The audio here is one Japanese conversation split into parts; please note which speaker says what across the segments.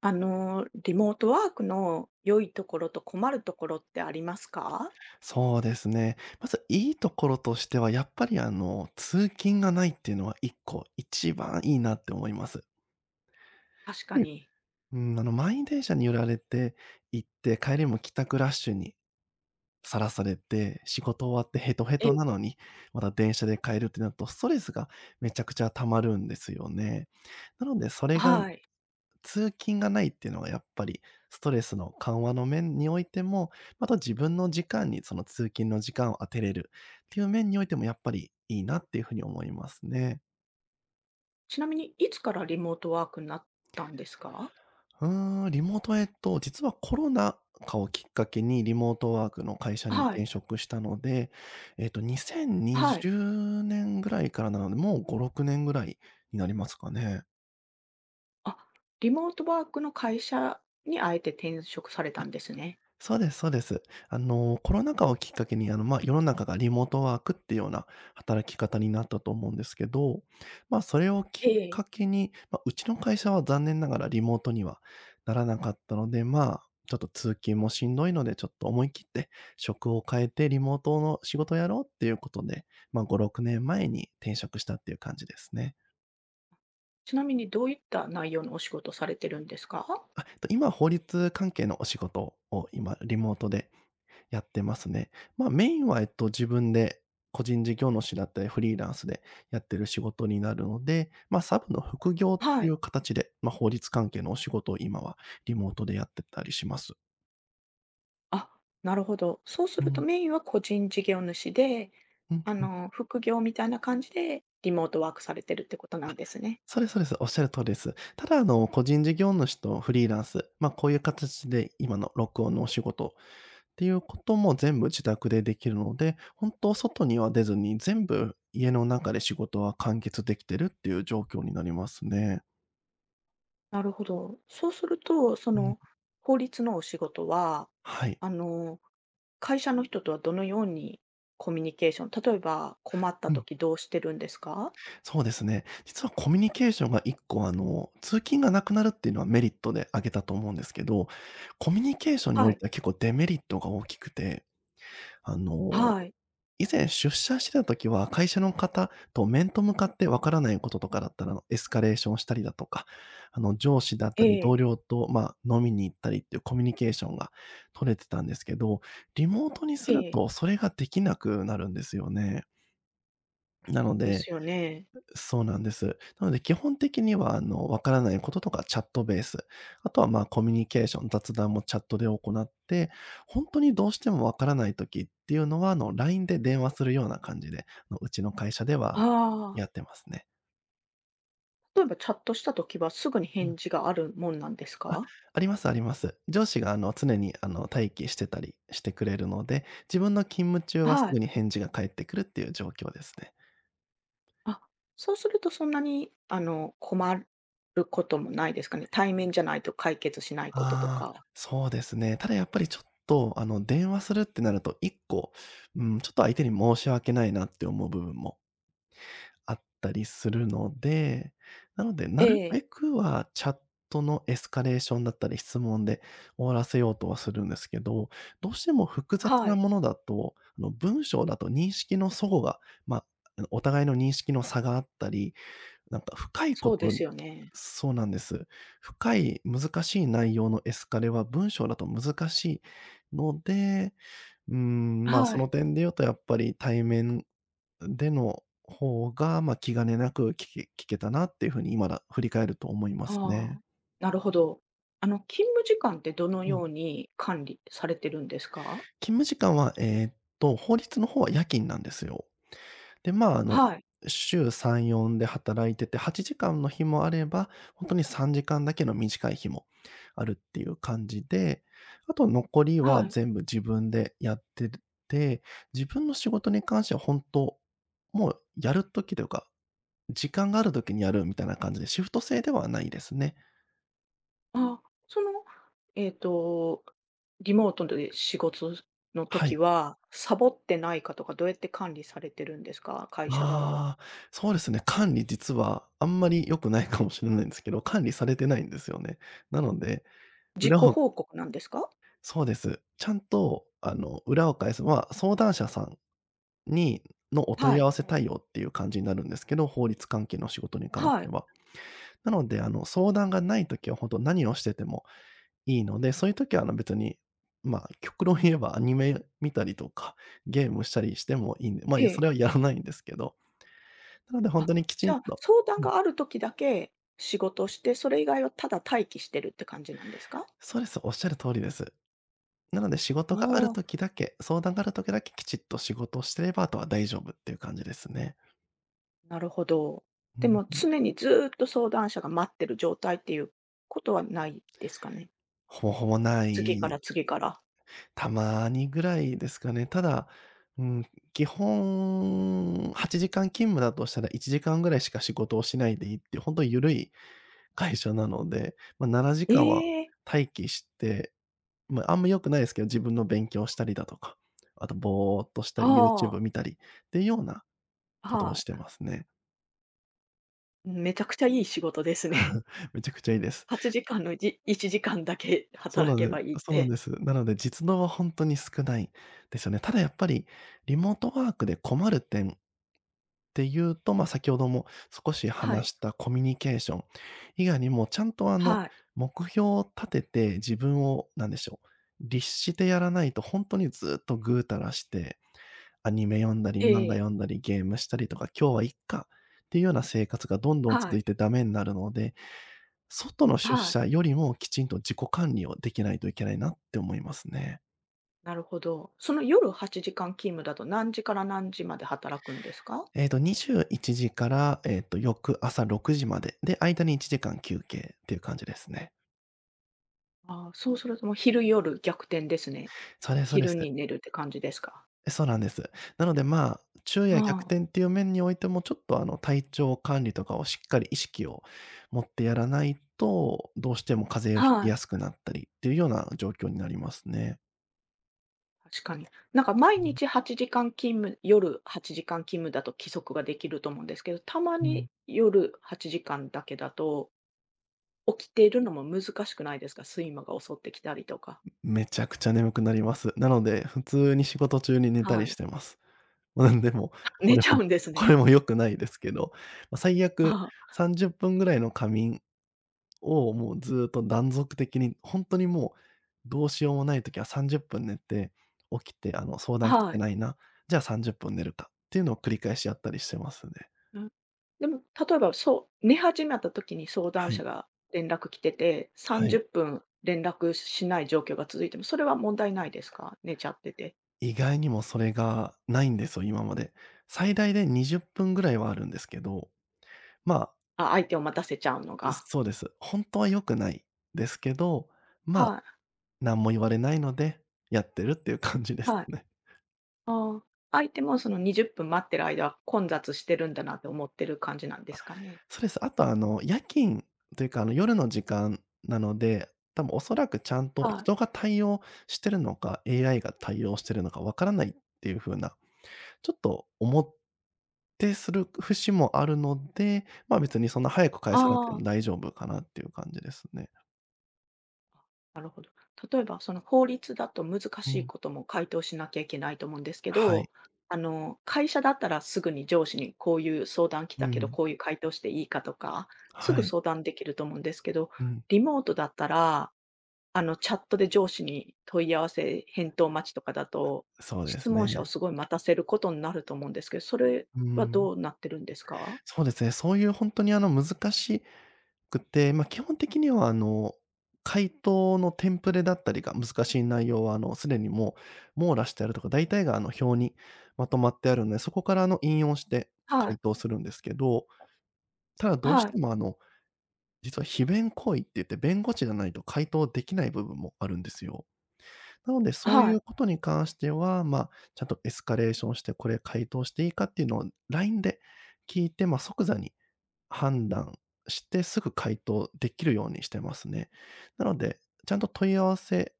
Speaker 1: リモートワークの良いところと困るところってありますか？
Speaker 2: そうですね。まずいいところとしては、やっぱり通勤がないっていうのは1個、一番いいなって思います。
Speaker 1: 確か
Speaker 2: はい。
Speaker 1: に。
Speaker 2: 満員電車に揺られて行って、帰りも帰宅ラッシュにさらされて、仕事終わってヘトヘト
Speaker 1: え
Speaker 2: なのに、また電車で帰るってなると、ストレスがめちゃくちゃ溜まるんですよね。なのでそれが
Speaker 1: はい。
Speaker 2: 通勤がないっていうのがやっぱりストレスの緩和の面においても、また自分の時間にその通勤の時間を当てれるっていう面においてもやっぱりいいなっていうふうに思いますね。
Speaker 1: ちなみにいつからリモートワークになったんですか？
Speaker 2: うーん、リモート、えっと、実はコロナ禍をきっかけにリモートワークの会社に
Speaker 1: はい、
Speaker 2: 転職したので、
Speaker 1: はい。
Speaker 2: 2020年ぐらいからなので、もう5、6年ぐらいになりますかね。
Speaker 1: あ、リモートワークの会社にあえて転職されたんですね。
Speaker 2: そうですそうです。コロナ禍をきっかけに、世の中がリモートワークっていうような働き方になったと思うんですけど、それをきっ
Speaker 1: ええ。
Speaker 2: かけに、うちの会社は残念ながらリモートにはならなかったので、ちょっと通勤もしんどいので、ちょっと思い切って職を変えてリモートの仕事をやろうっていうことで、5、6年前に転職したっていう感じですね。
Speaker 1: ちなみにどういった内容のお仕事されてるんですか？
Speaker 2: 今法律関係のお仕事を今リモートでやってますね。メインは、自分で個人事業主だったり、フリーランスでやってる仕事になるので、サブの副業っ
Speaker 1: は
Speaker 2: てい
Speaker 1: い。
Speaker 2: う形で、法律関係のお仕事を今はリモートでやってたりします。
Speaker 1: あ、なるほど。そうす
Speaker 2: う
Speaker 1: ると
Speaker 2: ん。
Speaker 1: メインは個人事業主で、
Speaker 2: うんうん。
Speaker 1: 副業みたいな感じでリモートワークされてるってことなんですね。
Speaker 2: そうですそうです。おっしゃる通りです。ただ、個人事業主とフリーランス、こういう形で今の録音のお仕事っていうことも全部自宅でできるので、本当外には出ずに、全部家の中で仕事は完結できてるっていう状況になりますね。
Speaker 1: なるほど。そうすると、
Speaker 2: うん、
Speaker 1: 法律のお仕事は、
Speaker 2: はい。
Speaker 1: あの、会社の人とはどのようにコミュニケーション、例えば困った
Speaker 2: うん、
Speaker 1: 時どうしてるんですか？
Speaker 2: そうですね。実はコミュニケーションが1個通勤がなくなるっていうのはメリットで挙げたと思うんですけど、コミュニケーションにお
Speaker 1: は
Speaker 2: い
Speaker 1: い。
Speaker 2: ては結構デメリットが大きくて、あの、
Speaker 1: はい。
Speaker 2: 以前出社してた時は会社の方と面と向かってわからないこととかだったらエスカレーションしたりだとか、上司だっ
Speaker 1: え
Speaker 2: たり同
Speaker 1: え、
Speaker 2: 僚と、飲みに行ったりっていうコミュニケーションが取れてたんですけど、リモートにす
Speaker 1: え
Speaker 2: る
Speaker 1: え。
Speaker 2: とそれができなくなるんですよね。なの
Speaker 1: で
Speaker 2: で、
Speaker 1: すよね。
Speaker 2: そうなんです。なので基本的には、わからないこととかチャットベース、あとは、コミュニケーション、雑談もチャットで行って、本当にどうしてもわからない時っていうのは、LINE で電話するような感じで、うちの会社で
Speaker 1: あ
Speaker 2: は
Speaker 1: あ。
Speaker 2: やってますね。
Speaker 1: 例えばチャットした時はすぐに
Speaker 2: う
Speaker 1: 返
Speaker 2: ん。
Speaker 1: 事があるもんなんです
Speaker 2: あ、
Speaker 1: か？
Speaker 2: ありますあります。上司が、常に、待機してたりしてくれるので、自分の勤務中はす
Speaker 1: はい。
Speaker 2: ぐに返事が返ってくるっていう状況ですね。
Speaker 1: あ、そうするとそんなに、困ることもないですかね。対面じゃないと解決しないことと
Speaker 2: ああ、
Speaker 1: か。
Speaker 2: そうですね。ただやっぱりちょっと、電話するってなると、1個、うん、ちょっと相手に申し訳ないなって思う部分もあったりするので、なので、
Speaker 1: え
Speaker 2: なる
Speaker 1: え。
Speaker 2: べくはチャットのエスカレーションだったり、質問で終わらせようとはするんですけど、どうしても複雑
Speaker 1: は
Speaker 2: な
Speaker 1: い。
Speaker 2: ものだと、文章だと認識の齟齬が、ま、お互いの認識の差があったり、なんか深いこ
Speaker 1: そうで
Speaker 2: と。
Speaker 1: すよね。
Speaker 2: そうなんです。深い難しい内容のエスカレは文章だと難しいので、
Speaker 1: は
Speaker 2: そ
Speaker 1: い。
Speaker 2: の点で言うとやっぱり対面での方が、気兼ねなく聞けたなっていうふうに今だ振り返ると思います
Speaker 1: あ
Speaker 2: ね。
Speaker 1: あ、なるほど。勤務時間ってどの
Speaker 2: うん。
Speaker 1: ように管理されてるんですか？
Speaker 2: 勤務時間は、法律の方は夜勤なんですよ。で、
Speaker 1: はい、
Speaker 2: 週3、4で働いてて、8時間の日もあれば、本当に3時間だけの短い日もあるっていう感じで、あと残りは
Speaker 1: はい。
Speaker 2: 全部自分でやってて、自分の仕事に関しては本当もうやる時というか、時間がある時にやるみたいな感じで、シフト制ではないですね。
Speaker 1: あその、えっと、リモートで仕事の
Speaker 2: は
Speaker 1: 時
Speaker 2: い。
Speaker 1: は、サボってないかとか、どうやって管理されてるんですか？会社側は。
Speaker 2: ああ、そうですね、管理実はあんまり良くないかもしれないんですけど、管理されてないんですよね。なので、
Speaker 1: 自己
Speaker 2: 裏を
Speaker 1: 報告なんですか？
Speaker 2: そうです。ちゃんと、裏を返す相談者さんにのお問
Speaker 1: は
Speaker 2: い合
Speaker 1: い、
Speaker 2: わせ対応っていう感じになるんですけど、法律関係の仕事に関し
Speaker 1: は
Speaker 2: て
Speaker 1: い、
Speaker 2: は。なので、相談がない時は本当何をしててもいいので、そういう時は、別に、極論言えばアニメ見たりとか、ゲームしたりしてもいいんで、
Speaker 1: え
Speaker 2: それ
Speaker 1: え。
Speaker 2: はやらないんですけど、なので本
Speaker 1: あ、
Speaker 2: 当にきち
Speaker 1: じゃ
Speaker 2: ん
Speaker 1: あ、
Speaker 2: と。
Speaker 1: 相談
Speaker 2: うん、
Speaker 1: がある時だけ仕事をして、それ以外はただ待機してるって感じなんですか？
Speaker 2: そうです、おっしゃる通りです。なので仕
Speaker 1: あ
Speaker 2: 事がある
Speaker 1: あ。
Speaker 2: 時だけ、相談がある時だけきちっと仕事をしてれば、あとは大丈夫っていう感じですね。
Speaker 1: なるほど。
Speaker 2: う
Speaker 1: で
Speaker 2: ん、
Speaker 1: も常にずーっと相談者が待ってる状態っていうことはないですかね。
Speaker 2: ほぼほぼな
Speaker 1: 次から
Speaker 2: い、
Speaker 1: 次から。
Speaker 2: たまにぐらいですかね。ただ、うん、基本8時間勤務だとしたら1時間ぐらいしか仕事をしないでいいっていう、本当にゆるい会社なので、7
Speaker 1: え
Speaker 2: 時間は
Speaker 1: え、
Speaker 2: 待機して、あんま良くないですけど、自分の勉強したりだとか、あとぼーっとしたり、YouTube
Speaker 1: は
Speaker 2: 見たりっていうような
Speaker 1: あ、
Speaker 2: ことを
Speaker 1: はい。
Speaker 2: してますね。
Speaker 1: めちゃくちゃいい仕事ですね。
Speaker 2: めちゃくちゃいいで す。
Speaker 1: 8時間のうち1時間だけ
Speaker 2: そう
Speaker 1: 働
Speaker 2: なん
Speaker 1: け
Speaker 2: で
Speaker 1: ばいいっ
Speaker 2: そうなん
Speaker 1: て。
Speaker 2: です。なので、実動は本当に少ないですよね。ただやっぱり、リモートワークで困る点っていうと、先ほども少し
Speaker 1: は
Speaker 2: 話
Speaker 1: い、
Speaker 2: したコミュニケーション以外にも、ちゃんと
Speaker 1: はい、
Speaker 2: 目標を立てて自分をなんでしょう、律してやらないと本当にずっとぐうたらして、アニメ読んだり、
Speaker 1: え
Speaker 2: 漫画
Speaker 1: え、
Speaker 2: 読んだり、ゲームしたりとか、今日はいっかっていうような生活がどんどん
Speaker 1: は
Speaker 2: 続
Speaker 1: い、
Speaker 2: いてダメになるので、外の出
Speaker 1: はい。
Speaker 2: 社よりもきちんと自己管理をできないといけないなって思いますね。
Speaker 1: なるほど。その夜8時間勤務だと何時から何時まで働くんですか？
Speaker 2: 21時から、翌朝6時まで、で、間に1時間休憩っていう感じですね。
Speaker 1: ああ、そうするともう昼夜逆転ですね。
Speaker 2: そうですそうで
Speaker 1: 昼
Speaker 2: す。
Speaker 1: に寝るって感じですか？
Speaker 2: え、そうなんです。なので、昼夜逆
Speaker 1: あ
Speaker 2: 転っていう面においても、ちょっと、体調管理とかをしっかり意識を持ってやらないと、どうしても風邪を
Speaker 1: あ、
Speaker 2: ひき
Speaker 1: はい。
Speaker 2: やすくなったりっていうような状況になりますね。
Speaker 1: 確かに。なんか毎日
Speaker 2: う
Speaker 1: 8時間勤務、夜8時間勤務だと規則ができると思うんですけど、たま
Speaker 2: ん、う
Speaker 1: に
Speaker 2: ん。
Speaker 1: 夜8時間だけだと、起きているのも難しくないですか？睡魔が襲ってきたりとか。
Speaker 2: めちゃくちゃ眠くなります。なので、普通に仕事中に寝たり
Speaker 1: は
Speaker 2: し
Speaker 1: い。
Speaker 2: てます。うん、でも、
Speaker 1: あ、
Speaker 2: こ
Speaker 1: 寝
Speaker 2: れ
Speaker 1: ちゃ
Speaker 2: も
Speaker 1: うんです
Speaker 2: こ
Speaker 1: ね。
Speaker 2: れも良くないですけど、最悪
Speaker 1: あ
Speaker 2: 30分ぐらいの仮眠をもうずっと断続的に、ほんとにもうどうしようもない時は30分寝て、起きて、相談
Speaker 1: あ、
Speaker 2: 来
Speaker 1: は
Speaker 2: て
Speaker 1: い。
Speaker 2: ないな、じゃあ30分寝るかっていうのを繰り返しやったりしてますね。
Speaker 1: うん。でも、例えば、そう寝始めた時に相談
Speaker 2: は
Speaker 1: 者
Speaker 2: い。
Speaker 1: が連絡来てて、
Speaker 2: は
Speaker 1: 30
Speaker 2: い。
Speaker 1: 分連絡しない状況が続いても、それは問題ないですか？寝ちゃってて。
Speaker 2: 意外にもそれがないんですよ、今まで。最大で20分ぐらいはあるんですけど、まあ、
Speaker 1: あ、相手を待たせちゃうのが。
Speaker 2: そうです。ほんとは良くないですけど、まあ、
Speaker 1: はい、
Speaker 2: 何も言われないので、やってるっていう感じです
Speaker 1: はい。
Speaker 2: ね。
Speaker 1: ああ、相手もその20分待ってる間、混雑してるんだなって思ってる感じなんで
Speaker 2: あ、
Speaker 1: すかね？
Speaker 2: そうです。あとあの、夜勤というか、あの、夜の時間なので、多分おそらくちゃんと
Speaker 1: はい。
Speaker 2: 人が対応してるのか、AI が対応してるのかわからないっていう風な、ちょっと思ってする節もあるので、まあ、別にそんな早く返さなくて
Speaker 1: あ
Speaker 2: も
Speaker 1: あ。
Speaker 2: 大丈夫かなっていう感じですね。
Speaker 1: あ、なるほど。例えばその法律だと難
Speaker 2: う
Speaker 1: しい
Speaker 2: ん。
Speaker 1: ことも回答しなきゃいけないと思うんですけ
Speaker 2: はい。
Speaker 1: ど、会社だったらすぐに上司にこういう相談来
Speaker 2: う
Speaker 1: たけど、
Speaker 2: ん。
Speaker 1: こういう回答していいかとか、す
Speaker 2: は
Speaker 1: ぐ
Speaker 2: い。
Speaker 1: 相談できると思うんですけど、
Speaker 2: うん。
Speaker 1: リモートだったらチャットで上司に問い合わせ、返答待ちとかだと、
Speaker 2: そうで
Speaker 1: 質
Speaker 2: す
Speaker 1: 問者を
Speaker 2: ね。
Speaker 1: すごい待たせることになると思うんですけど、それ
Speaker 2: う
Speaker 1: は
Speaker 2: ん。
Speaker 1: どうなってるんですか？
Speaker 2: そうですね。そういう本当にあの、難しいくて、まあ、基本的にはあの、回答のテンプレだったりが難しい内容はあの、すでにもう網羅してあるとか、大体があの、表にまとまってあるので、そこからあの、引用して
Speaker 1: はい、
Speaker 2: 回答するんですけど、ただどうし
Speaker 1: はい、
Speaker 2: てもあの、実は非弁行為って言って、弁護士じゃないと回答できない部分もあるんですよ。なので、そう
Speaker 1: は
Speaker 2: い
Speaker 1: い、
Speaker 2: うことに関しては、まあ、ちゃんとエスカレーションして、これ回答していいかっていうのを LINE で聞いて、まあ、即座に判断して、すぐ回答できるようにしてますね。なので、ちゃんと問い合わせ、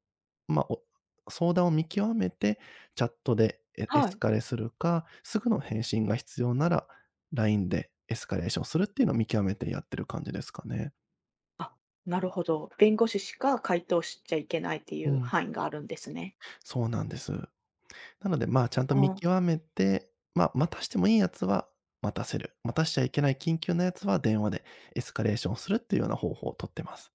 Speaker 2: まあ、お相談を見極めて、チャットでエエ
Speaker 1: は
Speaker 2: ス
Speaker 1: い。
Speaker 2: カレするか、すぐの返信が必要なら、LINE でエスカレーションするっていうのを見極めてやってる感じですかね。
Speaker 1: なるほど。弁護士しか回答しちゃいけないってい
Speaker 2: う
Speaker 1: う
Speaker 2: ん、
Speaker 1: 範囲があるんですね。
Speaker 2: そうなんです。なので、まあ、ちゃんと見
Speaker 1: あ
Speaker 2: 極めて、まあ、待たしてもいいやつは待たせる、待たしちゃいけない緊急なやつは電話でエスカレーションするっていうような方法をとってます。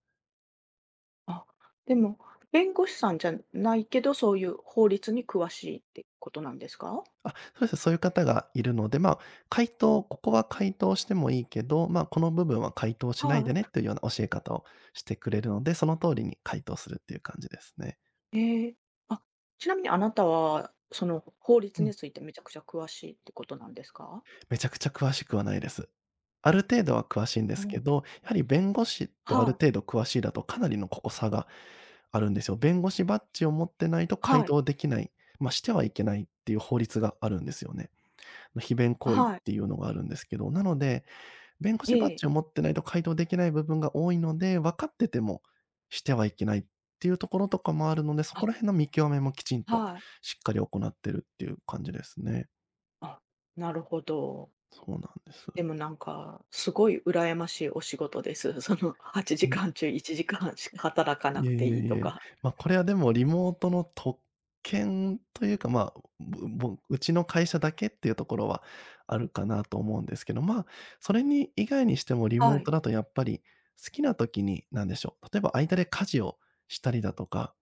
Speaker 1: あ、でも、弁護士さんじゃないけど、そういう法律に詳しいってことなんですか？
Speaker 2: あ、そうです。そういう方がいるので、まあ、回答ここは回答してもいいけど、まあ、この部分は回答しないで
Speaker 1: は
Speaker 2: ねっていうような教え方をしてくれるので、その通りに回答するっていう感じですね。
Speaker 1: い。ええ。あ、ちなみにあなたは、その法律
Speaker 2: う
Speaker 1: に
Speaker 2: ん。
Speaker 1: ついてめちゃくちゃ詳しいってことなんですか？
Speaker 2: めちゃくちゃ詳しくはないです。ある程度は詳しいんで
Speaker 1: う
Speaker 2: すけ
Speaker 1: ん。
Speaker 2: ど、やはり弁護士とあ
Speaker 1: は
Speaker 2: る程
Speaker 1: い、
Speaker 2: 度詳しいだとかなりのここ差があるんですよ。弁護士バッジを持ってないと回
Speaker 1: はい、
Speaker 2: 答できない、まあ、してはいけないっていう法律があるんですよね。ま、非弁行為っ
Speaker 1: はい、
Speaker 2: ていうのがあるんですけど、なので弁護
Speaker 1: え
Speaker 2: 士バッ
Speaker 1: え、
Speaker 2: ジを持ってないと回答できない部分が多いので、分かっててもしてはいけないっていうところとかもあるので、そ
Speaker 1: あ、
Speaker 2: こら辺の見極めもきちんと
Speaker 1: はい。
Speaker 2: しっかり行ってるっていう感じですね。
Speaker 1: あ、なるほど。
Speaker 2: そうなんです。
Speaker 1: でもなんか、すごい羨ましいお仕事です。その8
Speaker 2: ね、
Speaker 1: 時間中1時間しか働かな
Speaker 2: いえ、
Speaker 1: くて
Speaker 2: いいえ
Speaker 1: いい
Speaker 2: い
Speaker 1: と
Speaker 2: え。
Speaker 1: か。
Speaker 2: ま、これはでもリモートの特権というか、まあ、ぶぼうちの会社だけっていうところはあるかなと思うんですけど、まあ、それに以外にしても リ
Speaker 1: は
Speaker 2: モー
Speaker 1: い、
Speaker 2: トだとやっぱり好きな時に、なんでしょう、例えば間で家事をしたりだとか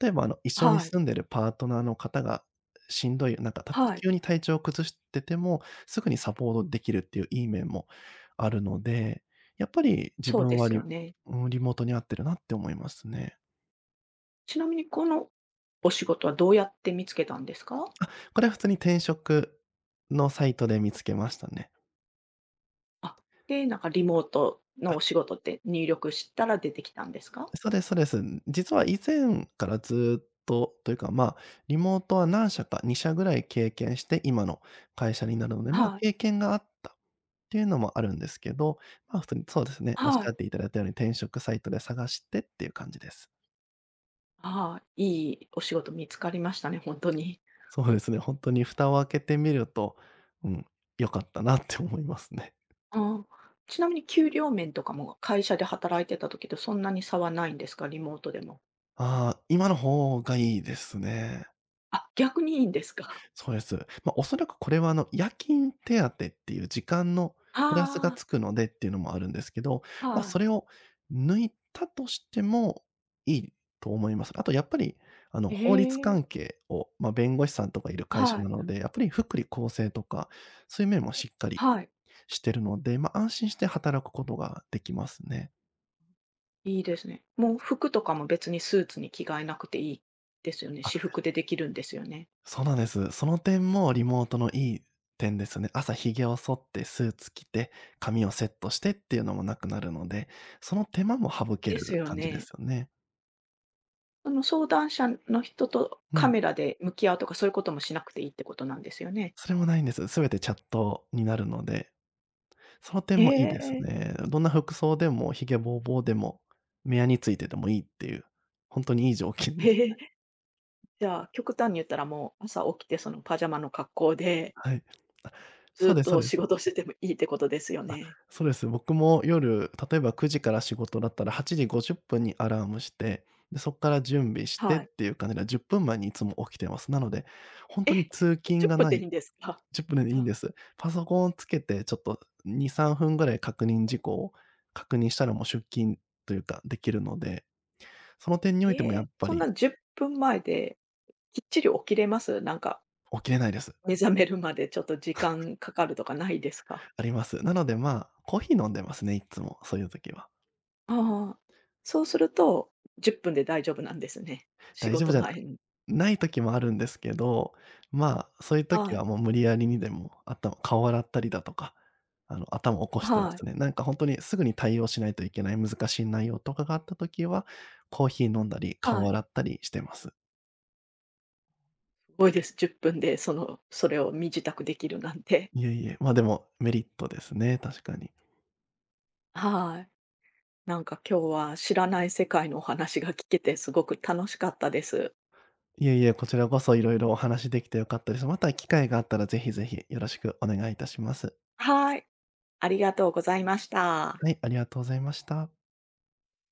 Speaker 2: 例えば、あの、一緒に
Speaker 1: はい、
Speaker 2: 住んでるパートナーの方がしんどい、なんか、
Speaker 1: はい、
Speaker 2: 急に体調を崩してても、すぐにサポートできるっていういい面もあるので、やっぱり自
Speaker 1: そう
Speaker 2: 分
Speaker 1: で
Speaker 2: は
Speaker 1: すよ
Speaker 2: リ
Speaker 1: ね。
Speaker 2: うん、リモートに合ってるなって思いますね。
Speaker 1: ちなみにこのお仕事はどうやって見つけたんですか？
Speaker 2: これは普通に転職のサイトで見つけましたね。
Speaker 1: あ、で、なんかリモートの
Speaker 2: あ、
Speaker 1: お仕事って入力したら出てきたんですか？
Speaker 2: そうですそうです。実は以前からずっとというか、まあ、リモートは何社か、2社ぐらい経験して、今の会社になるので、まあ、
Speaker 1: はい、
Speaker 2: 経験があったっていうのもあるんですけど、まあ、普通にそうですね、おっし
Speaker 1: は
Speaker 2: ゃ
Speaker 1: い、
Speaker 2: っていただいたように転職サイトで探してっていう感じです。
Speaker 1: はい、いいお仕事見つかりましたね、本当に。
Speaker 2: そうですね、本当に蓋を開けてみると、うん、良かったなって思いますね。
Speaker 1: ああ、ちなみに給料面とかも会社で働いてた時とそんなに差はないんですか？リモートでも。
Speaker 2: ああ、今の方がいいですね。
Speaker 1: あ、逆にいいんですか？
Speaker 2: そうです。まあ、おそらくこれはあの、夜勤手当っていう時間のプラスが
Speaker 1: あ
Speaker 2: つ
Speaker 1: あ、
Speaker 2: くのでっていうのもあるんですけど、まあ、
Speaker 1: は
Speaker 2: それ
Speaker 1: い。
Speaker 2: を抜いたとしてもいいと思います。あとやっぱり、あの、
Speaker 1: え
Speaker 2: 法律
Speaker 1: え、
Speaker 2: 関係を、まあ、弁護士さんとかいる会社
Speaker 1: はい、
Speaker 2: なので、やっぱり福利厚生とか、そういう面もしっかり
Speaker 1: はい。
Speaker 2: してるので、まあ、安心して働くことができますね。
Speaker 1: いいですね。もう服とかも別にスーツに着替えなくていいですよね。私服でできるんですよね。
Speaker 2: そうなんです。その点もリモートのいい点ですね。朝髭を剃ってスーツ着て、髪をセットしてっていうのもなくなるので、その手間も省け
Speaker 1: です
Speaker 2: る
Speaker 1: よ
Speaker 2: 感じで
Speaker 1: ね。
Speaker 2: すよね。
Speaker 1: その相談者の人と
Speaker 2: う
Speaker 1: カ
Speaker 2: ん。
Speaker 1: メラで向き合うとか、そういうこともしなくていいってことなんですよね。
Speaker 2: それもないんです。全てチャットになるので、その点
Speaker 1: へ
Speaker 2: もいいです
Speaker 1: え、
Speaker 2: ね。どんな服装でも髭ぼうぼうでも、目やについててもいいっていう、本当にいい条件で
Speaker 1: へ
Speaker 2: す。
Speaker 1: え。じゃあ、極端に言ったらもう朝起きてそのパジャマの格好で
Speaker 2: はい。あ、
Speaker 1: ず
Speaker 2: そう
Speaker 1: っ
Speaker 2: ですそ
Speaker 1: と
Speaker 2: うです。
Speaker 1: 仕事しててもいいってことですよ
Speaker 2: あ、
Speaker 1: ね。
Speaker 2: そうです。僕も夜、例えば9時から仕事だったら8時50分にアラームして、で、そっから準備してっ
Speaker 1: はい。
Speaker 2: ていう感じで、10分前にいつも起きてます。なので、ほん
Speaker 1: え、
Speaker 2: とに通勤
Speaker 1: 10
Speaker 2: が
Speaker 1: 分
Speaker 2: な
Speaker 1: でい
Speaker 2: い。
Speaker 1: いんですか？
Speaker 2: 10分 でいいん
Speaker 1: あ。
Speaker 2: です。パソコンをつけてちょっと2、3分ぐらい確認事項を確認したらもう出勤というかできるので、その点においても
Speaker 1: え
Speaker 2: や
Speaker 1: え、
Speaker 2: っぱ
Speaker 1: そん
Speaker 2: り。
Speaker 1: な10分前できっちり起きれます？なんか、
Speaker 2: 起きれないです。
Speaker 1: 目覚めるまでちょっと時間かかるとかないですか？
Speaker 2: あります。なので、まあ、コーヒー飲んでますね、いつも、そういう時は。
Speaker 1: ああ、そうすると10分で大丈夫なんですね。仕
Speaker 2: 大丈夫
Speaker 1: 事
Speaker 2: じゃ
Speaker 1: 前に。
Speaker 2: ない時もあるんですけど、まあ、そういう時
Speaker 1: はい、
Speaker 2: はもう無理やりにでも頭顔洗ったりだとか、あの、頭を起こしてま
Speaker 1: はい、
Speaker 2: すね。なんか本当にすぐに対応しないといけない難しい内容とかがあった時は、コーヒー飲んだり、
Speaker 1: は
Speaker 2: 顔
Speaker 1: い。
Speaker 2: 洗ったりしてます。
Speaker 1: すごいです。10分でそれを身支度できるなんて。
Speaker 2: いえいえ、ま、あでもメリットですね、確かに。
Speaker 1: はい。なんか今日は知らない世界のお話が聞けてすごく楽しかったです。
Speaker 2: いえいえ、こちらこそいろいろお話できて良かったです。また機会があったらぜひぜひよろしくお願いいたします。
Speaker 1: はい。ありがとうございました。
Speaker 2: はい、ありがとうございました。